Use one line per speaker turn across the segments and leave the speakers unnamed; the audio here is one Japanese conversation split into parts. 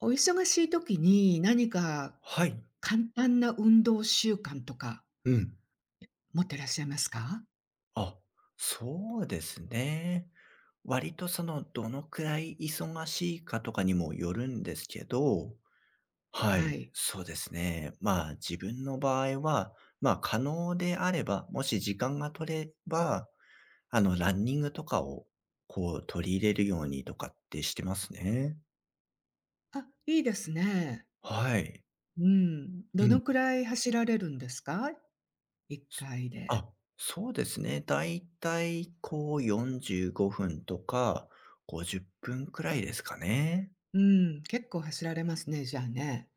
お忙しい時に何か
はい。
簡単な運動習慣とか
うん。
持ってらっしゃいますか？
あ、そうですね。割とその、どのくらい忙しいかとかにもよるんですけど、は
は
い、
い。
そうですね。まあ、自分の場合は、まあ、可能であれば、もし時間が取れば、あの、ランニングとかを、こう、取り入れるようにとかってしてますね。
あ、いいですね。
はい。
うん。
う
ど
ん。
のくらい走られるんですか？1
す
回で。
あ、そうですね。だいたいこう45分とか50分くらいですかね。
うん、結構走られますね、じゃあね。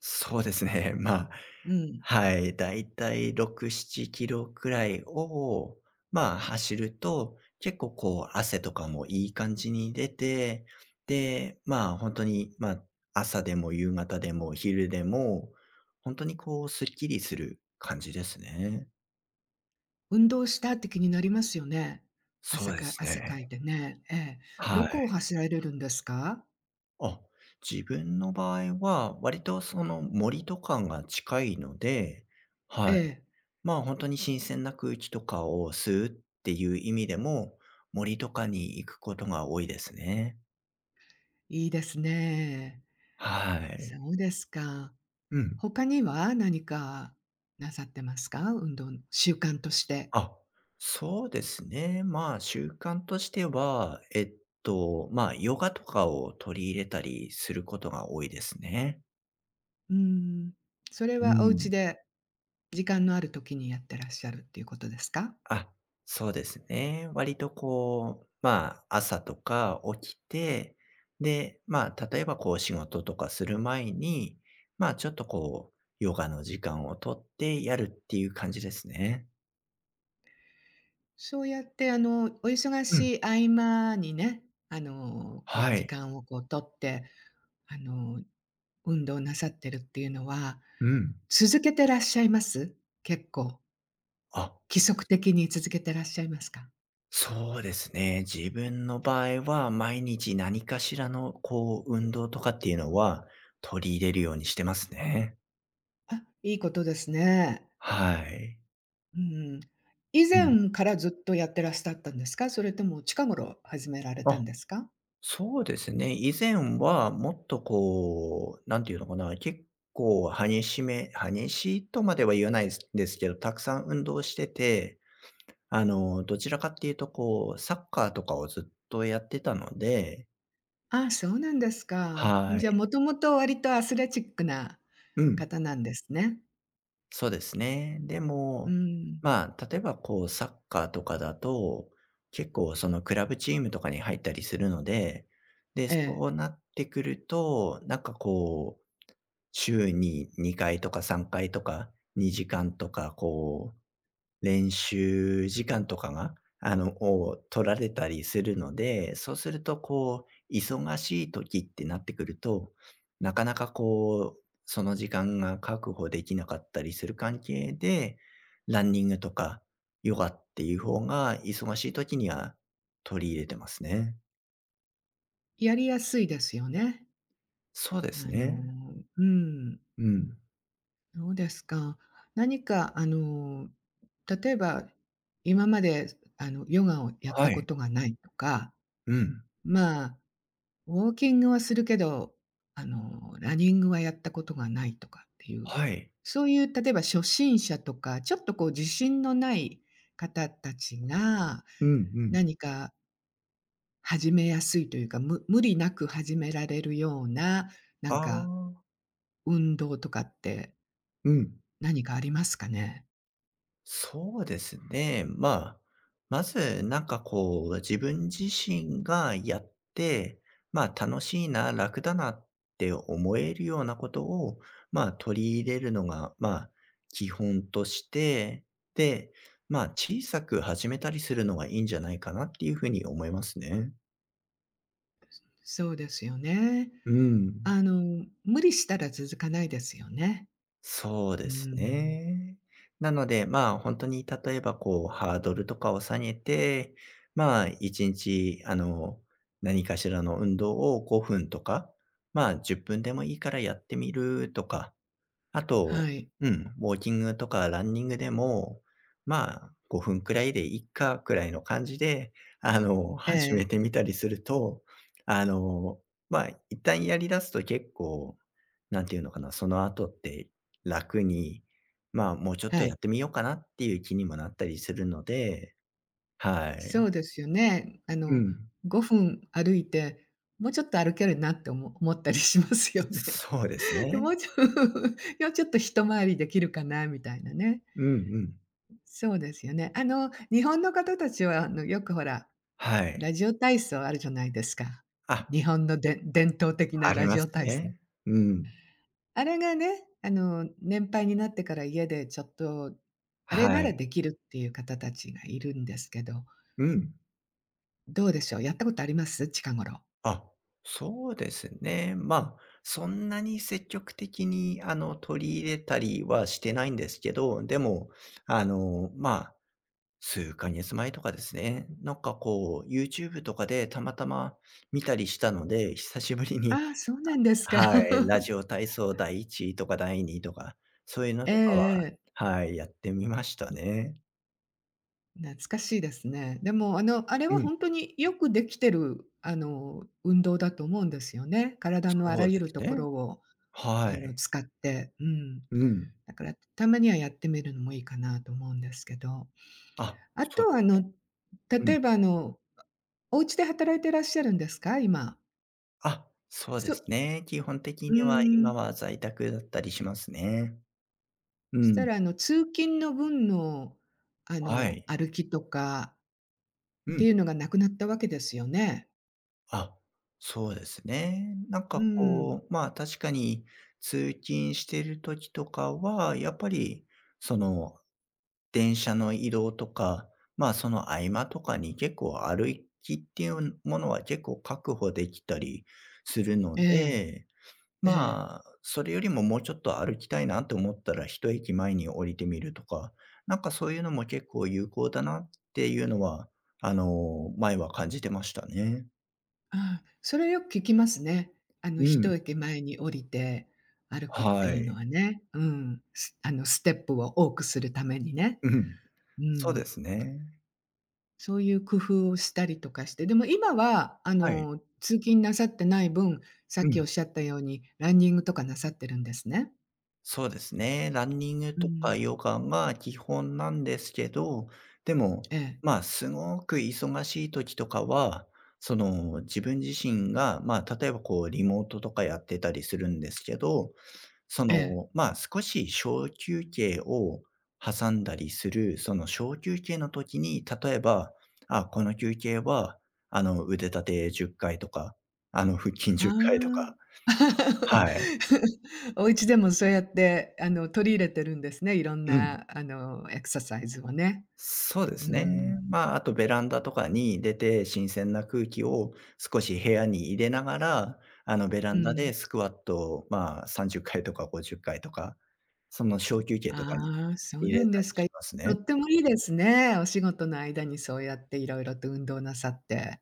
そうですね。まあ、
うん。
はい。だいたい6、7キロくらいを、まあ、走ると、結構こう、汗とかもいい感じに出て、で、まあ、本当に、まあ、朝でも夕方でも昼でも、本当にこう、すっきりする感じですね。
運動したって気になりますよね。
そ
汗
うで
か
す
汗か
ね。
いてね。ええ。
は
ど
い。
こを走られるんですか？
あ、自分の場合は、割とその森とかが近いので、
え
はい。
え、
まあ、本当に新鮮な空気とかを吸うっていう意味でも、森とかに行くことが多いですね。
いいですね。
は
そ
い。
うですか。
うん。
他には何かなさってますか？運動の習慣として。
あ、そうですね。まあ、習慣としては、まあ、ヨガとかを取り入れたりすることが多いですね。
うーん。それ
う
はお家
ん。
で時間のある時にやってらっしゃるっていうことですか？
あ、そうですね。割とこう、まあ、朝とか起きて、で、まあ、例えばこう仕事とかする前に、まあ、ちょっとこう、ヨガの時間を取ってやるっていう感じですね。
そうやってあの、お忙
うん。
しい合間にね、あの、こう
は
時
い。
間をこう取って、あの、運動なさってるっていうのは、
うん。
続けてらっしゃいます？結構、
あ、
規則的に続けてらっしゃいますか？
そうですね。自分の場合は、毎日何かしらのこう、運動とかっていうのは取り入れるようにしてますね。
あ、いいことですね。
はい。
うん。以
うん。
前からずっとやってらっしゃったんですか？それとも近頃始められた
あ、
んですか？
そうですね。以前はもっとこう、なんていうのかな、結構激しいとまでは言わないですけど、たくさん運動してて、あの、どちらかっていうとこう、サッカーとかをずっとやってたので、
ああ、そうなんですか。ん、
は
じゃあ、
い。
もともと割とアスレチックな
うん、
方なんですね。
そうですね。で
う
も、
ん。
まあ、例えばこうサッカーとかだと、結構そのクラブチームとかに入ったりするので、で、
ええ。
そうなってくると、なんかこう週に2回とか3回とか、2時間とか、こう、練習時間とかが、あの、を取られたりするので、そうすると、こう、忙しい時ってなってくると、なかなかこう、その時間が確保できなかったりする関係で、ランニングとかヨガっていう方が忙しい時には取り入れてますね。
やりやすいですよね。
そうで
あ
すね。
のうん、
うん。
そうですか。何かあの、例えば、今まであの、ヨガをやった
は
こ
い。
とがないとか、
うん。
まあウォーキングはするけど、あの、ランニングはやったことがないとかっていう、
はい。
そういう例えば初心者とか、ちょっとこう自信のない方たちが、
うんうん。
何か始めやすいというか、無理なく始められるような、な
あ
んか
あ。
運動とかって
うん、
何かありますかね？
そうですね。まあ、まずなんかこう、自分自身がやって、まあ楽しいな、楽だなって思えるようなことを、まあ取り入れるのが、まあ基本として、で、まあ小さく始めたりするのがいいんじゃないかなっていうふうに思いますね。
そうですよね。
うん。
あの、無理したら続かないですよね。
そう
う
です
ん。
ね。なので、まあ、本当に例えばこう、ハードルとかを下げて、まあ、1日あの、何かしらの運動を5分とか、まあ、10分でもいいからやってみるとか、あと、
はい。
うん、ウォーキングとかランニングでも、まあ、5分くらいでいっかくらいの感じで、あの、
え
始
え、
めてみたりすると、あの、まあ、一旦やり出すと結構、なんていうのかな、その後って楽に、まあ、もうちょっと
は
や
い。
ってみようかなっていう気にもなったりするので、は
そ
い。
うですよね。あ
う
の、
ん。
5分歩いて、もうちょっと歩けるなって思ったりしますよね。
そうです
で、も
ね。
うちょ もうちょっと一回りできるかなみたいなね。
うんうん。
そうですよね。あの、日本の方たちは、あの、よくほら、
はい。
ラジオ体操あるじゃないですか。
あ、
日本ので伝統的
あ
な
り
ラ
ま
ジオ
す
体操。
ね。うん。
あれがね、あの、年配になってから家でちょっと、あれな
は
ら
い。
できるっていう方たちがいるんですけど、
うん。
どうでしょう、やったことあります？近頃。
あ、そうですね。まあ、そんなに積極的に、あの、取り入れたりはしてないんですけど、でも、あの、まあ、数ヶ月前とかですね。なんかこう、YouTube とかでたまたま見たりしたので、久しぶりに、
ああ、そう なんですか。
はい、ラ ジオ体操第一とか第二とか、そういうの
ええ
とかは、
ええ。
はい、やってみましたね。
懐かしいですね。でも、あの、あれは
うん、
本当によくできてる、あの、運動だと思うんですよね。体のあ
そ
ら
う
ゆ
で
る
す
とこ
ね。
ろを、
は
あの、
い。
使って、うん。
うん。
だから、たまにはやってみるのもいいかなと思うんですけど。
あ、
あ
そう
と
で
は、あ
すね。
の、
う
例
ん。
えば、あの、お家で働いてらっしゃるんですか？今。
あ、そうで
そ
すね。基本的
う
には今
ん。
は在宅だったりしますね。う
そした
ん。
ら、あの、通勤の分の、あ
は
の、
い。
歩きとか、
う
って
ん。
いうのがなくなったわけですよね。
あ、そうですね。なん
う
か
ん。
こう、まあ確かに通勤してる時とかは、やっぱりその電車の移動とか、まあその合間とかに結構歩きっていうものは結構確保できたりするの
ええ、
で、
ええ。
まあ、それよりももうちょっと歩きたいなと思ったら、一駅前に降りてみるとか、なんかそういうのも結構有効だなっていうのは、あの、前は感じてましたね。
ああ、それよく聞きますね。あの、
う
一
ん。
駅前に降りて歩くって
は
いうの
い。
はね。うん。あの、ステップを多くするためにね。
うん。
う
そうで
ん。
すね。
そういう工夫をしたりとかして、でも今は、あ
はい。
の、通勤なさってない分、さ
う
っきお
ん。
っしゃったように、ランニングとかなさってるんですね？
そうですね。ランニング
う
とか
ん。
ヨガが基本なんですけど、でも、
ええ、
まあ、すごく忙しい時とかは、その、自分自身が、まあ、例えばこうリモートとかやってたりするんですけど、そ
ええ。
の、まあ、少し小休憩を挟んだりする、その小休憩の時に、例えば、あ、この休憩は、あの、腕立て10回とか、あの、腹筋
あ
10回と
あ。
か。はい。
お家でもそうやって、あの、取り入れてるんですね、いろん
うん。
な、あの、エクササイズをね。
そうで
う
すね。
ん。
まあ、あとベランダとかに出て、新鮮な空気を少し部屋に入れながら、あの、ベラ
う
ンダ
ん。
でスクワットを、まあ、30回とか50回とか、その小休憩とかに
ああ、そう
入れ
なん
た
で
り
すか。
します
と
ね。
ってもいいですね。お仕事の間にそうやっていろいろと運動なさって。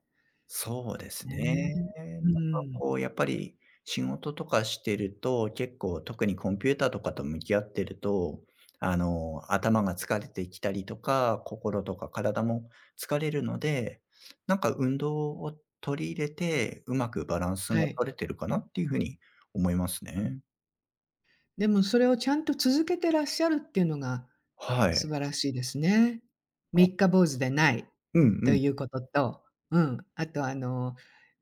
そうです
ね
ね。
え。
な
う
んか
ん。
こうやっぱり仕事とかしてると、結構特にコンピューターとかと向き合ってると、あの、頭が疲れてきたりとか、心とか体も疲れるので、なんか運動を取り入れて、うまくバランス
は
が
い。
取れてるかなっていうふうに思いますね。
でもそれをちゃんと続けてらっしゃるっていうのが
は
素
い。
晴らしいですね。
あ、
三日坊主でない
うんう
と
ん。
いうことと、うん、あとあの、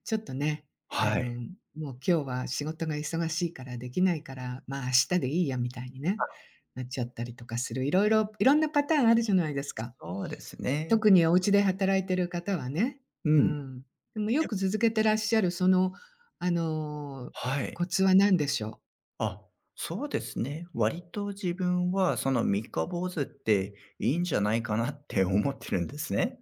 ちょっとね、あ
はい。
の、もう今日は仕事が忙しいからできないから、まあ、明日でいいやみたいにね、
あ、
なっちゃったりとかする、いろいろ、いろんなパターンあるじゃないですか。
そうですね。
特にお家で働いてる方はね。
う
う
ん。で、
ん。でもよく続けてらっしゃるその、あの、
は
コ
い。
ツは何でしょ
あ、そうですね。割と自分は、その三日坊主っていいんじゃないかなって思ってるんですね。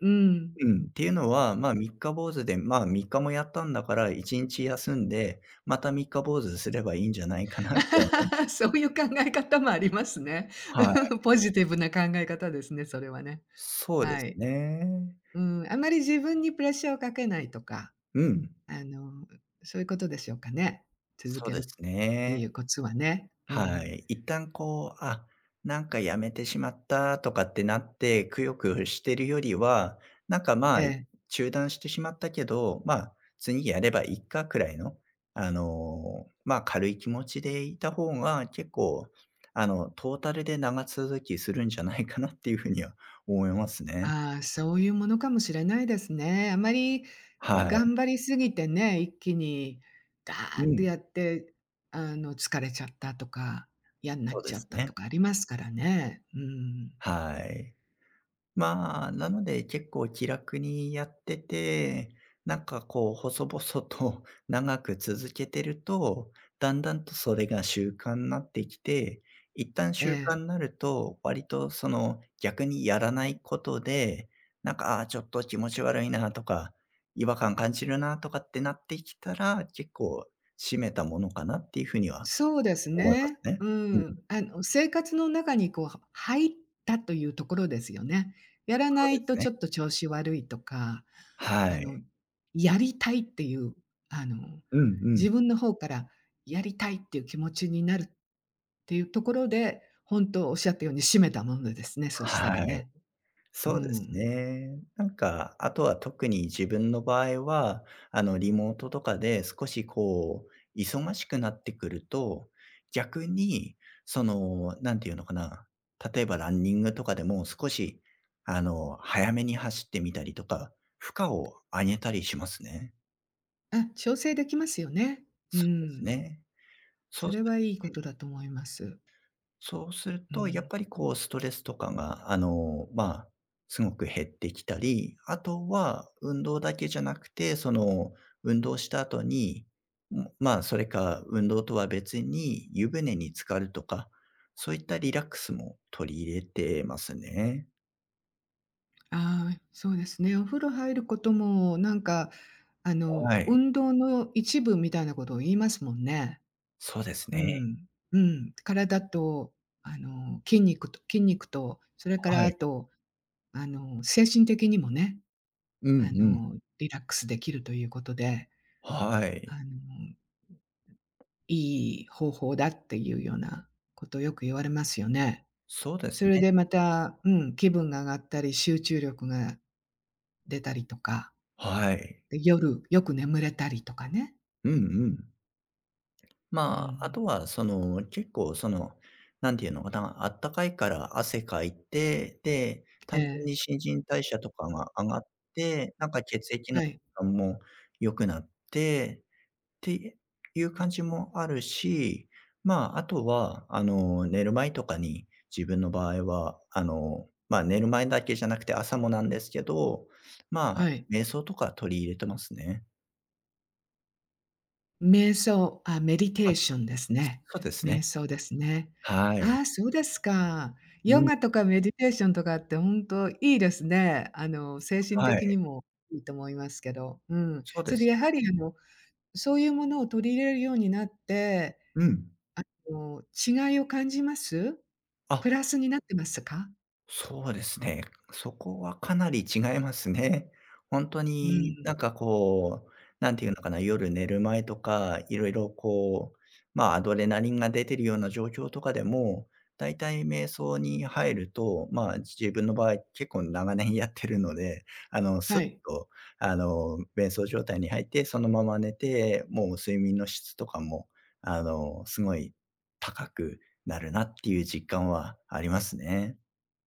う？うん。
うん。っていうのは、まあ、三日坊主で、まあ、3日もやったんだから1日休んで、また三日坊主すればいいんじゃないかなくらい。
そういう考え方もありますね。
はい。
ポジティブな考え方ですね、それはね。
そうで
は
す
い。
ね。
うん、あまり自分にプレッシャーをかけないとか、
うん。
あの、そういうことでしょうかね。続
そう
け
で
る
す
って
ね。
いうコツはね。う
は
ん。
い。一旦こう、あ、なんかやめてしまったとかってなって、くよくよしてるよりは、なんかま
え
あ、
え。
中断してしまったけど、まあ、次やればいいかくらいの、あの、まあ、軽い気持ちでいた方が結構、あの、トータルで長続きするんじゃないかなっていうふうには思いますね。
ああ、そういうものかもしれないですね。あまり
は
頑張りすぎてね、一気にダ
い。
ー
う
って
ん。
やって、あの、疲れちゃったとか、嫌にな
そ
っ
う
ち
で
ゃ
す
ったと
ね。
かありますからね。うん。
はい。まあ、なので結構気楽にやってて、なんかこう細々と 長く続けてると、だんだんとそれが習慣になってきて、一旦
え
習慣
え。
になると、割とその逆にやらないことで、なんか、ああ、ちょっと気持ち悪いなとか、違和感感じるなとかってなってきたら、結構締めたものかなっていうふうには
そうです
思いま
ね。
すね。
う
うん、
ん。あの、生活の中にこう、入ったというところですよね。やら
そう
な
で
いと
す
ちょ
ね。
っと調子悪いとか、
は
あの、
い。
やりたいっていう、あの、
うんうん。
自分の方からやりたいっていう気持ちになるっていうところで、本当おっしゃったように締めたものですね、そしたら
はい。
ね。う
そうです
ん。
ね。なんか、あとは特に自分の場合は、あの、リモートとかで少しこう、忙しくなってくると、逆に、その、なんていうのかな、例えばランニングとかでも少し、あの、早めに走ってみたりとか、負荷を上げたりしますね。
あ、調整できますよね。う
そうです
ん。
ね。そ
そ
うす
れはいいことだと思います。
そうする
う
と、やっ
ん。
ぱりこうストレスとかが、あの、まあ、すごく減ってきたり、あとは運動だけじゃなくて、その、運動した後に、ん、まあ、それか運動とは別に湯船に浸かるとか、そういったリラックスも取り入れてますね。
ああ、そうですね。お風呂入ることも、なんか、あの、
はい。
運動の一部みたいなことを言いますもんね。
そうです
う
ね。
ん。うん。体と、あの、筋肉と、それから
は
あ
い。
と、あの、精神的にもね、
うん
あ
うん。
の、リラックスできるということで、
は
あ
い。
の、いい方法だっていうようなことをよく言われますよね。
そうです
それ
ね。
でまた、うん、気分が上がったり、集中力が出たりとか。
はい。
夜、よく眠れたりとかね。
うんうん。
う
まあ、あ
ん。
とはその、結構その、なんていうのかな、あったかいから汗かいて、で、
え
単純
え、
に新陳代謝とかが上がって、なんか血液の
はい、
質も良くなって、っていう感じもあるし、まあ、あとは、あの、寝る前とかに自分の場合は、あの、まあ、寝る前だけじゃなくて朝もなんですけど、ま
は
あ、
い。
瞑想とか取り入れてますね。
瞑想、あ、メディテ
あ、
ーションですね。
そうです
瞑
ね。
想ですね。
はい。
ああ、そうですか。
う
ヨ
ん、
ガとかメディテーションとかってほんといいですね。あの、精神
は
的に
い。
もいいと思いますけど。うん。
そう
そ
で
れで
す。
やはりあの、そういうものを取り入れるようになって、
うん。
こう、違いを感じます？プ
あ、
ラスになってますか？
そうですね。そこはかなり違いますね。ほんと
う
に
ん。
なんかこう、なんていうのかな、夜寝る前とか、いろいろこう、ま、アドレナリンが出てるような状況とかでも、だいたい瞑想に入ると、まあ、自分の場合結構長年やってるので、あの、すっ
はい。
と、あの、瞑想状態に入って、そのまま寝て、もう睡眠の質とかも、あの、すごい高くなるなっていう実感はありますね。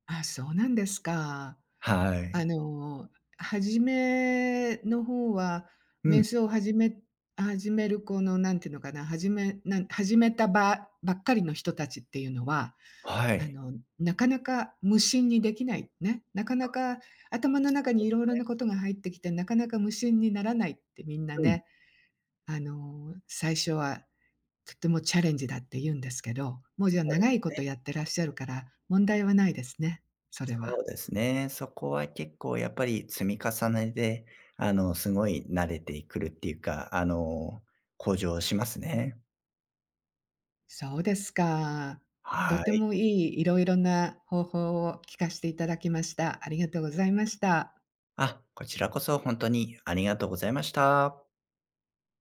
あ、そうなんですか。
は
あ
い。
の、初めの方は、
う
瞑
ん。
想を始め始めるこの、なんていうのかな、始めたばっかりの人たちっていうのは、
は
あ
い。
の、なかなか無心にできない、ね。なかなか頭の中にいろいろなことが入ってきて、なかなか無心にならないってみんな
うん、
ね、あの、最初はとてもチャレンジだって言うんですけど、もうじゃあ
そうで
長い
す。
ことやってらっしゃるから、問題はないですね、それ
そ
は。
うですね。そこは結構やっぱり積み重ねで、あの、すごい慣れてくるっていうか、あの、向上しますね。
そうですか。と
は
て
い。
もいいいろいろな方法を聞かせていただきました。ありがとうございました。
あ、こちらこそ本当にありがとうございました。